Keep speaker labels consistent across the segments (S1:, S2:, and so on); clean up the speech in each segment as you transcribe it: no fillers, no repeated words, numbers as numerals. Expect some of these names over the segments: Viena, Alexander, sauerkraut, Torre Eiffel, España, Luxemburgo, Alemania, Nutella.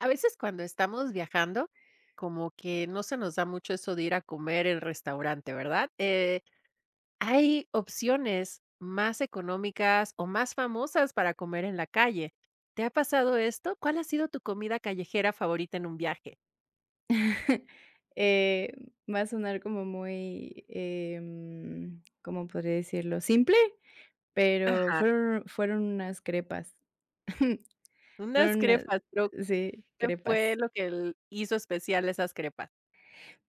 S1: A veces cuando estamos viajando, como que no se nos da mucho eso de ir a comer en restaurante, ¿verdad? Hay opciones más económicas o más famosas para comer en la calle. ¿Te ha pasado esto? ¿Cuál ha sido tu comida callejera favorita en un viaje?
S2: Eh, Va a sonar como muy, ¿cómo podría decirlo? Simple, pero
S1: Ajá,
S2: fueron unas crepas.
S1: unas
S2: Fueron unas
S1: crepas, pero
S2: sí,
S1: ¿qué fue
S2: crepas.
S1: lo que hizo especial esas crepas?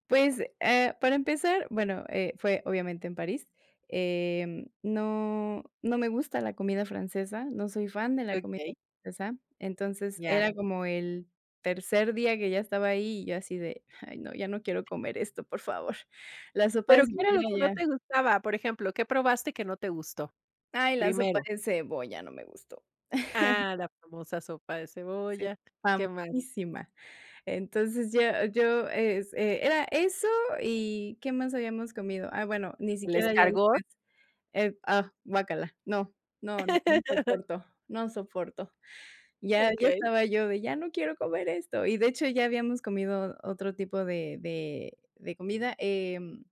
S2: Pues, para empezar, bueno, fue obviamente en París. No me gusta la comida francesa, no soy fan de la comida
S1: Okey,
S2: francesa, entonces
S1: ya.
S2: era como el tercer día que ya estaba ahí y yo así de: "Ay, no, ya no quiero comer esto, por favor". La sopa de
S1: Pero, ¿qué era lo
S2: cebolla
S1: que no
S2: ya
S1: te gustaba? Por ejemplo, ¿qué probaste que no te gustó?
S2: ay, la sopa
S1: Primero.
S2: de cebolla no me gustó.
S1: Ah, la famosa sopa de
S2: Sí,
S1: cebolla. ¿Qué más?
S2: famosísima. Entonces, yo yo, es era eso, ¿y qué más habíamos comido? Ah, bueno, ni
S1: ¿Les
S2: siquiera ya
S1: cargó?
S2: después. Guácala. No, no, no, no soporto, no soporto. Ya
S1: Okay.
S2: estaba yo de: "Ya no quiero comer esto". Y de hecho, ya habíamos comido otro tipo de de comida,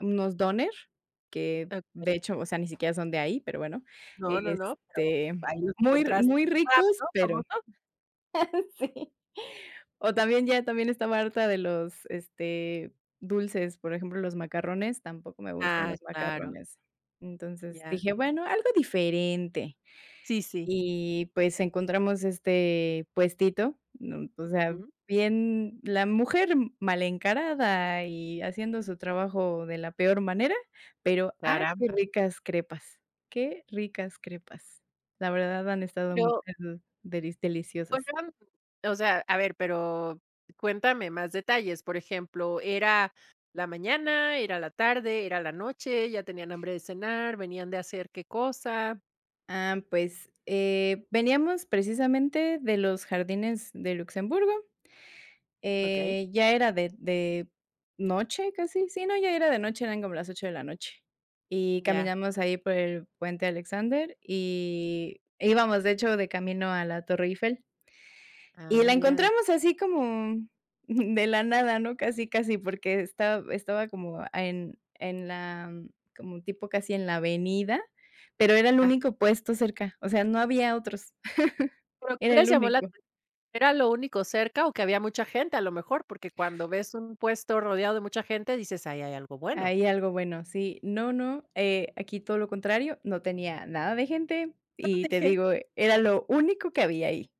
S2: unos doner, que
S1: Okey.
S2: de hecho, o sea, ni siquiera son de ahí, pero bueno,
S1: No, no, no, pero
S2: este,
S1: ahí los
S2: muy
S1: encontraste.
S2: muy
S1: Kebab,
S2: ricos,
S1: ¿no?
S2: pero
S1: Famoso.
S2: sí. O también ya también estaba harta de los, este, dulces, por ejemplo, los macarrones, tampoco me gustan
S1: Ah,
S2: los
S1: claro,
S2: macarrones. Entonces
S1: ya.
S2: dije: "Bueno, algo diferente".
S1: Sí, sí.
S2: Y, pues, encontramos este puestito, o sea,
S1: Ujú.
S2: bien la mujer mal encarada y haciendo su trabajo de la peor manera, pero, ah, qué
S1: Caramba.
S2: ricas crepas, qué ricas crepas. La verdad han estado,
S1: Pero,
S2: deliciosas.
S1: oigan, o sea, a ver, pero cuéntame más detalles. Por ejemplo, ¿era la mañana, era la tarde, era la noche, ya tenían hambre de cenar, venían de hacer qué cosa?
S2: Ah, pues, veníamos precisamente de los jardines de Luxemburgo,
S1: Okey,
S2: ya era de noche casi, sí, no, ya era de noche, eran como las 8 de la noche, y
S1: ya.
S2: caminamos ahí por el puente Alexander, y íbamos, de hecho, de camino a la Torre Eiffel. Y
S1: Ah,
S2: la
S1: mira de
S2: encontramos así como de la nada, ¿no? Casi, casi, porque estaba como en la como tipo casi en la avenida, pero era el
S1: ah,
S2: único puesto cerca, o sea, no había otros,
S1: pero, ¿qué
S2: era
S1: les
S2: el
S1: llamó la
S2: único.
S1: ¿Era lo único cerca o que había mucha gente a lo mejor? Porque cuando ves un puesto rodeado de mucha gente, dices: "Ahí hay algo bueno".
S2: Ahí algo bueno, sí. No, no, aquí todo lo contrario, no tenía nada de gente y
S1: De
S2: te
S1: gente
S2: digo, era lo único que había ahí.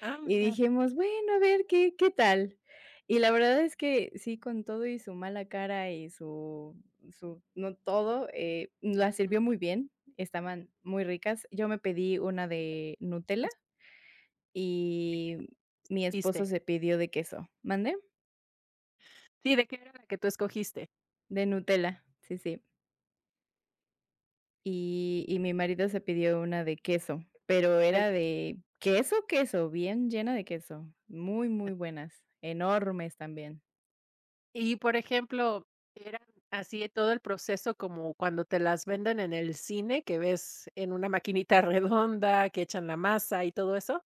S1: ah,
S2: Y
S1: mira,
S2: dijimos: "Bueno, a ver qué qué tal". Y la verdad es que sí, con todo y su mala cara y su su no todo, la
S1: mm,
S2: sirvió muy bien, estaban muy ricas. Yo me pedí una de Nutella y mi esposo
S1: escogiste.
S2: se pidió de queso. ¿Mande?
S1: Sí, ¿de qué era la que tú escogiste?
S2: De Nutella, sí, sí. Y mi marido se pidió una de queso, pero
S1: Del
S2: era de queso, queso, bien llena de queso, muy, muy buenas, enormes también.
S1: y, por ejemplo, ¿era así todo el proceso como cuando te las venden en el cine, que ves en una maquinita redonda, que echan la masa y todo eso?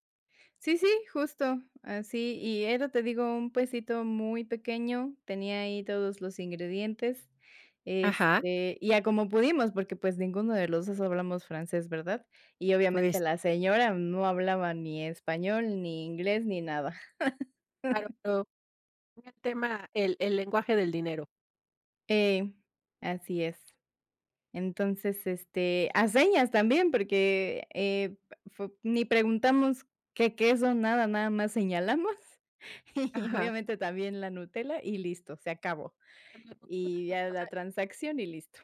S2: Sí, sí, justo, así, y era, te digo, un pesito muy pequeño, tenía ahí todos los ingredientes,
S1: Ajá,
S2: y a como pudimos, porque, pues, ninguno de los 2 hablamos francés, ¿verdad? Y obviamente
S1: pues
S2: la señora no hablaba ni español, ni inglés, ni nada.
S1: claro, pero el tema el lenguaje del dinero.
S2: Eh, así es. Entonces, a señas también, porque, fue ni preguntamos qué queso, nada, nada más señalamos, y
S1: Ajá.
S2: obviamente también la Nutella y listo, se acabó. Y ya la transacción y listo.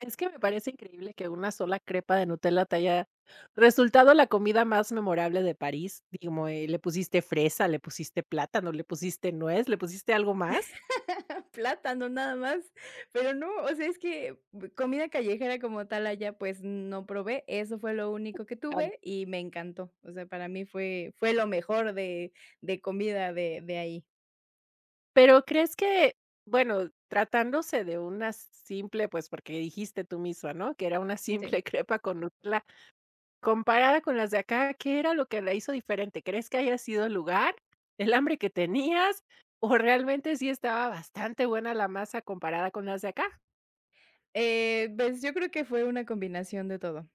S1: Es que me parece increíble que una sola crepa de Nutella te haya resultado la comida más memorable de París. Digamos, le pusiste fresa, le pusiste plátano, le pusiste nuez, le pusiste algo más.
S2: Plátano nada más, pero no, o sea, es que b- comida callejera como tal allá, pues, no probé, eso fue lo único que
S1: Claro.
S2: tuve y me encantó. O sea, para mí fue lo mejor de comida de ahí.
S1: Pero, ¿crees que, bueno, tratándose de una simple, pues, porque dijiste tú misma, ¿no?, que era una
S2: Sí.
S1: simple crepa con Nutella, comparada con las de acá, ¿qué era lo que la hizo diferente? ¿Crees que haya sido el lugar, el hambre que tenías, o realmente sí estaba bastante buena la masa comparada con las de acá?
S2: Pues, yo creo que fue una combinación de todo,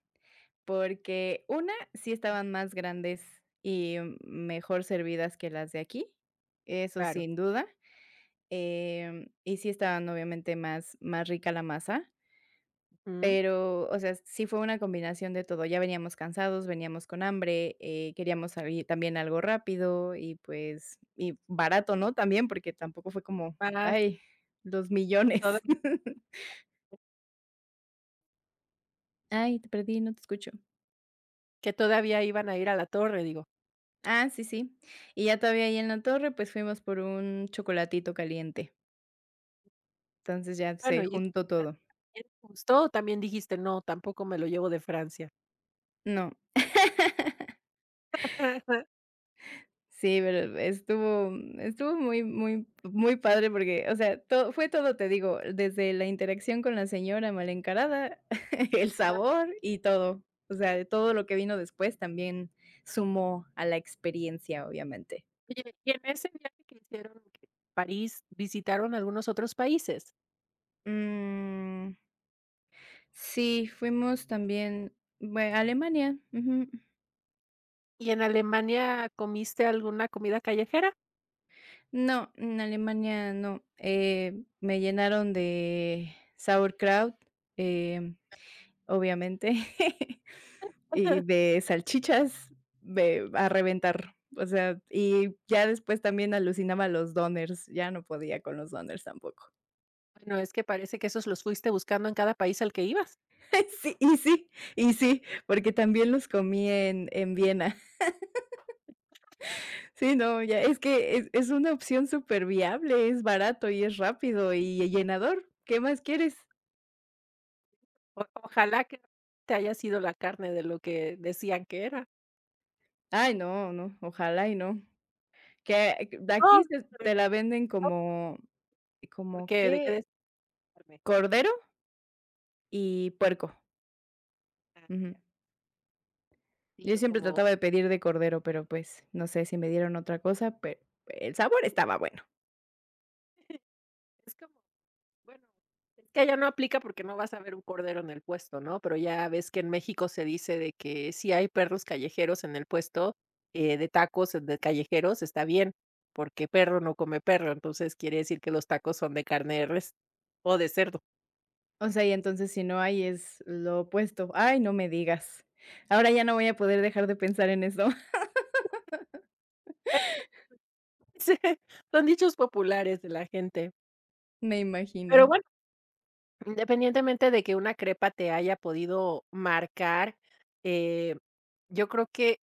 S2: porque una, sí estaban más grandes y mejor servidas que las de aquí, eso
S1: Claro.
S2: sin duda, y sí estaban obviamente más más rica la masa,
S1: Mm,
S2: pero, o sea, sí fue una combinación de todo, ya veníamos cansados, veníamos con hambre, queríamos salir también algo rápido y, pues, y barato, ¿no? También, porque tampoco fue como,
S1: más
S2: ay, los millones.
S1: toda
S2: Ay, te perdí, no te escucho.
S1: que todavía iban a ir a la torre, digo.
S2: Ah, sí, sí. Y ya todavía ahí en la torre, pues, fuimos por un chocolatito caliente. Entonces, ya
S1: Bueno,
S2: se
S1: y ese
S2: juntó
S1: plan
S2: todo.
S1: también te gustó, o también dijiste: "No, tampoco me lo llevo de Francia".
S2: No,
S1: Ah,
S2: sí, pero estuvo muy muy muy padre porque, o sea, todo fue todo, te digo, desde la interacción con la señora mal encarada, el sabor y todo. O sea, todo lo que vino después también sumó a la experiencia, obviamente.
S1: oye, y en ese viaje que hicieron que París, ¿visitaron algunos otros países?
S2: Mm, sí, fuimos también, bue a Alemania, ujú.
S1: ¿Y en Alemania comiste alguna comida callejera?
S2: No, en Alemania no. Me llenaron de sauerkraut, em, obviamente, y de salchichas de a reventar. O sea, y ya después también alucinaba los doners. Ya no podía con los doners tampoco.
S1: Bueno, es que parece que esos los fuiste buscando en cada país al que ibas.
S2: Sí, y sí, y sí, porque también los comí en Viena. Sí, no, ya es que es una opción súper viable. Es barato y es rápido y llenador. ¿Qué más quieres?
S1: O ojalá que te haya sido la carne de lo que decían que era.
S2: Ay, no, no, ojalá y no. Que de aquí
S1: No,
S2: se te la venden
S1: no,
S2: como como,
S1: porque, ¿de qué
S2: ¿qué?
S1: decían carne?
S2: Cordero y puerco.
S1: Ah,
S2: Ujú.
S1: ya. Sí,
S2: Yo
S1: o
S2: siempre
S1: como
S2: trataba de pedir de cordero, pero, pues, no sé si me dieron otra cosa, pero el sabor estaba bueno.
S1: es como bueno, es que allá no aplica porque no vas a ver un cordero en el puesto, ¿no? Pero ya ves que en México se dice de que si hay perros callejeros en el puesto, de tacos de callejeros, está bien, porque perro no come perro, entonces quiere decir que los tacos son de carne de res o de cerdo.
S2: O sea, y entonces si no hay, es lo opuesto. Ay, no me digas. Ahora ya no voy a poder dejar de pensar en eso,
S1: Sí, son dichos populares de la gente.
S2: me
S1: Pero
S2: imagino.
S1: bueno, independientemente de que una crepa te haya podido marcar, eh, yo creo que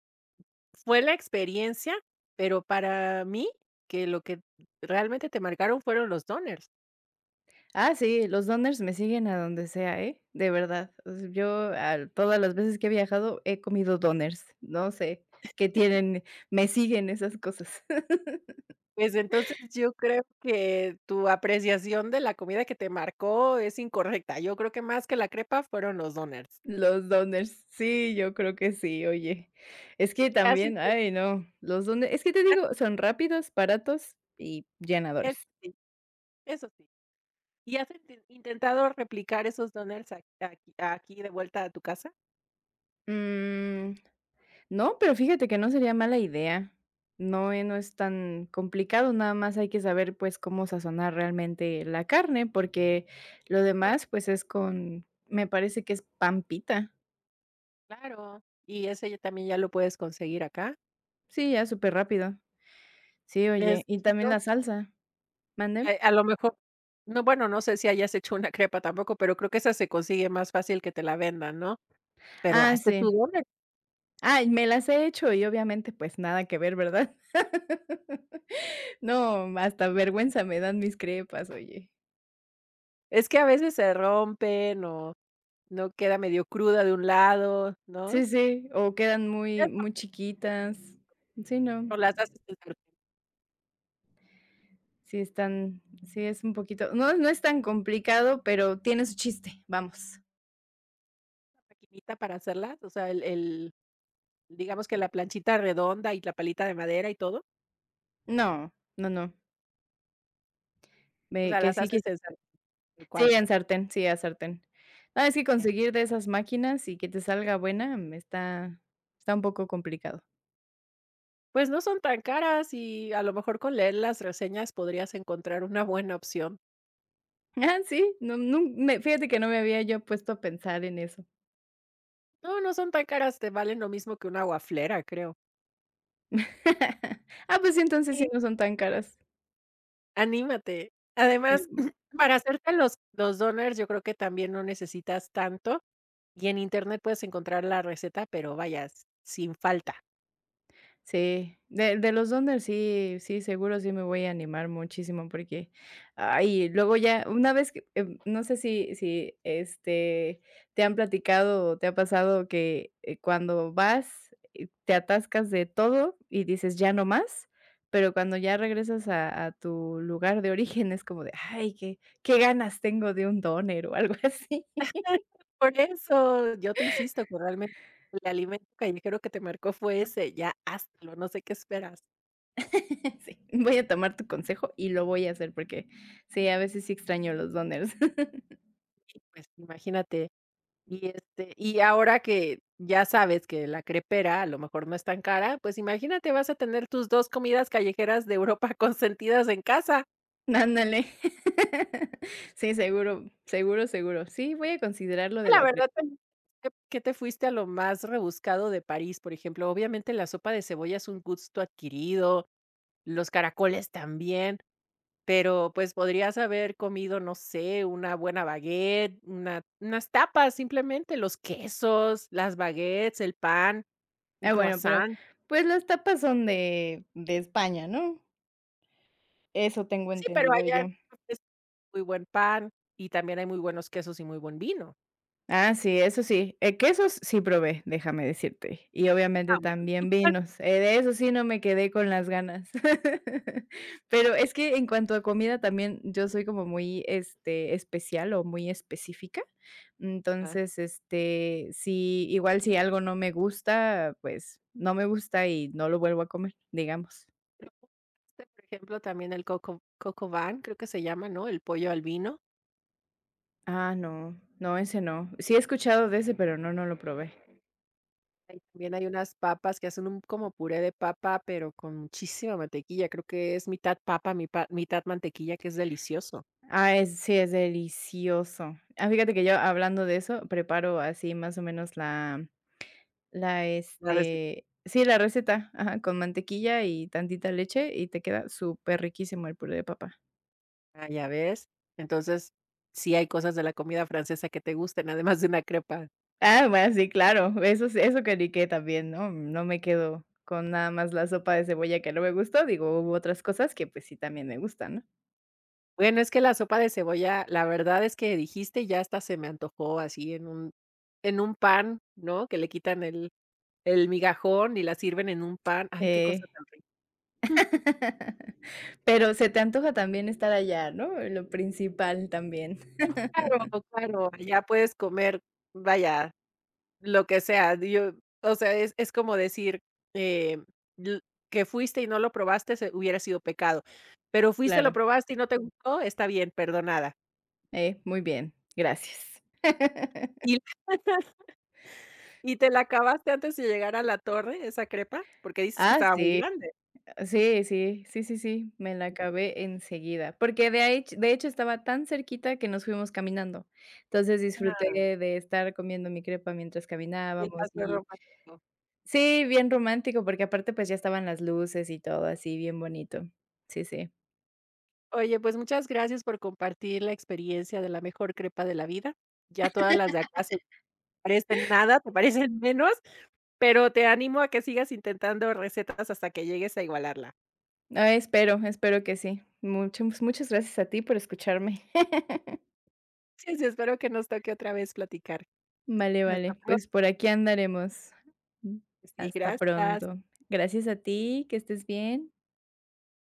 S1: fue la experiencia, pero para mí, que lo que realmente te marcaron fueron los doners.
S2: Ah, sí, los doners me siguen a donde sea, ¿eh? De verdad. O sea, yo, al todas las veces que he viajado he comido doners. No sé qué tienen, me siguen esas cosas.
S1: Pues, entonces, yo creo que tu apreciación de la comida que te marcó es incorrecta. Yo creo que más que la crepa fueron los doners.
S2: Los doners, sí, yo creo que sí, oye. Es que
S1: ¿Has
S2: también,
S1: inte
S2: ay, no, los Donners, es que te
S1: has
S2: digo, son rápidos, baratos y llenadores.
S1: eh, sí, eso sí. ¿Y has intentado replicar esos doners a aquí de vuelta a tu casa?
S2: Mm. No, pero fíjate que no sería mala idea. No, no es tan complicado, nada más hay que saber, pues, cómo sazonar realmente la carne, porque lo
S1: Oh,
S2: demás, pues, es con me parece que es pan pita.
S1: claro. Y ese ya también ya lo puedes conseguir acá.
S2: Sí, ya súper rápido. Sí, oye,
S1: Es
S2: y también
S1: chistoso.
S2: la salsa. ¿Mande?
S1: A lo mejor no, bueno, no sé si hayas hecho una crepa tampoco, pero creo que esa se consigue más fácil que te la vendan, ¿no? Pero
S2: Ah,
S1: hazte tu
S2: sí.
S1: doner.
S2: Ah, y me las he hecho y obviamente, pues, nada que ver, ¿verdad? No, hasta vergüenza me dan mis crepas, oye.
S1: Es que a veces se rompen o no queda medio cruda de un lado, ¿no?
S2: Sí, sí, o quedan
S1: Ya
S2: muy muy
S1: sabes,
S2: chiquitas. Sí, no.
S1: ¿o las haces en la
S2: Sí están sí, es un poquito no, no es tan complicado, pero tiene su chiste, vamos.
S1: maquinita para hacerlas? O sea, el digamos que la planchita redonda y la palita de madera y todo.
S2: No, no, no,
S1: O
S2: me
S1: sea, las haces
S2: que
S1: en sal tal cual.
S2: sí, en sartén, sí, a sartén. No, es que
S1: Ya.
S2: conseguir de esas máquinas y que te salga buena, está un poco complicado.
S1: Pues no son tan caras y a lo mejor con leer las reseñas podrías encontrar una buena opción.
S2: Ah, sí, no, nun me fíjate que no me había yo puesto a pensar en eso.
S1: No, no son tan caras, te valen lo mismo que una wafflera, creo.
S2: Ah, pues sí, entonces sí
S1: Sí.
S2: no son tan caras.
S1: Anímate. Además, para hacerte los doners, yo creo que también no necesitas tanto, y en Internet puedes encontrar la receta, pero vaya, sin falta.
S2: Sí, de los Donders sí sí, seguro sí me voy a animar muchísimo porque, ay, luego ya una vez que, no sé si te han platicado o te ha pasado que, cuando vas, te atascas de todo y dices: "Ya no más", pero cuando ya regresas a tu lugar de origen es como de: "Ay, qué qué ganas tengo de un Doner", o algo así.
S1: Por eso, yo te insisto que realmente el alimento callejero que te marcó fue ese, ya hazlo, no sé qué esperas.
S2: Sí. Voy a tomar tu consejo y lo voy a hacer porque sí, a veces sí extraño los Donders.
S1: Y, pues, imagínate y, este, y ahora que ya sabes que la crepera a lo mejor no es tan cara, pues imagínate, vas a tener tus 2 comidas callejeras de Europa consentidas en casa.
S2: Ándale. Sí, seguro, seguro, seguro. Sí, voy a considerar lo de
S1: La
S2: la crema.
S1: verdad, también, ¿qué te fuiste a lo más rebuscado de París? Por ejemplo, obviamente la sopa de cebolla es un gusto adquirido, los caracoles también, pero, pues, podrías haber comido, no sé, una buena baguette, una unas tapas, simplemente, los quesos, las baguettes, el pan, un
S2: Ah, bueno, pero,
S1: croissant.
S2: pues, las tapas son de España, ¿no? Eso tengo
S1: Sí, pero
S2: entendido
S1: allá
S2: yo.
S1: pues, muy buen pan, y también hay muy buenos quesos y muy buen vino.
S2: Ah, sí, eso sí. Quesos sí probé, déjame decirte. Y
S1: Ah,
S2: obviamente
S1: bueno.
S2: también vinos. De eso sí no me quedé con las ganas. Pero es que en cuanto a comida también yo soy como muy, especial o muy específica.
S1: Ajá.
S2: Entonces, sí, igual si algo no me gusta, pues no me gusta y no lo vuelvo a comer, digamos.
S1: Probaste, por ejemplo, también el coco van creo que se llama, ¿no? El pollo al vino.
S2: Ah, no, no, ese no. Sí he escuchado de ese, pero no, no lo probé.
S1: Ahí también hay unas papas que hacen un como puré de papa, pero con muchísima mantequilla. Creo que es mitad papa, mipa mitad mantequilla, que es delicioso.
S2: Ah, es sí, es delicioso. Ah, fíjate que yo hablando de eso, preparo así más o menos la la,
S1: Claro, sí.
S2: sí, la receta, ajá, con mantequilla y tantita leche, y te queda súper riquísimo el puré de papa.
S1: Ah, ¿ya ves? Entonces, sí hay cosas de la comida francesa que te gusten, además de una crepa.
S2: Ah, bueno, sí, claro, eso que ni qué también, ¿no? No me quedo con nada más la sopa de cebolla que no me gustó, digo, hubo otras cosas que, pues, sí también me gustan, ¿no?
S1: Bueno, es que la sopa de cebolla, la verdad es que dijiste ya hasta se me antojó así en un pan, ¿no? Que le quitan el migajón y la sirven en un pan. Ay, qué cosa
S2: Eh,
S1: tan rica.
S2: pero se te antoja también estar allá, ¿no? Lo principal también,
S1: Pues claro, claro, allá puedes comer, vaya, lo que sea. Yo o sea, es como decir, eh, l que fuiste y no lo probaste, se hubiera sido pecado, pero fuiste, lo
S2: claro.
S1: probaste y no te gustó, está bien, perdonada.
S2: Muy bien, gracias.
S1: Y ¿y te la acabaste antes de llegar a la torre, esa crepa? Porque dices que
S2: Ah,
S1: estaba muy
S2: sí,
S1: grande.
S2: sí, sí, sí, sí, sí, me la acabé enseguida, porque de ahí de hecho estaba tan cerquita que nos fuimos caminando. Entonces disfruté
S1: Ah,
S2: de estar comiendo mi crepa mientras
S1: el
S2: caminábamos
S1: paseo
S2: y
S1: romántico.
S2: sí, bien romántico, porque aparte, pues, ya estaban las luces y todo así bien bonito. Sí, sí.
S1: Oye, pues muchas gracias por compartir la experiencia de la mejor crepa de la vida. Ya todas las de acá se parecen nada, te parecen menos, pero te animo a que sigas intentando recetas hasta que llegues a igualarla.
S2: Ah, espero, espero que sí. Muchas muchas gracias a ti por escucharme.
S1: Sí, sí, espero que nos toque otra vez platicar.
S2: Vale,
S1: Hasta
S2: vale,
S1: pronto.
S2: pues por aquí andaremos.
S1: Sí,
S2: Hasta
S1: gracias.
S2: pronto. Gracias a ti, que estés bien.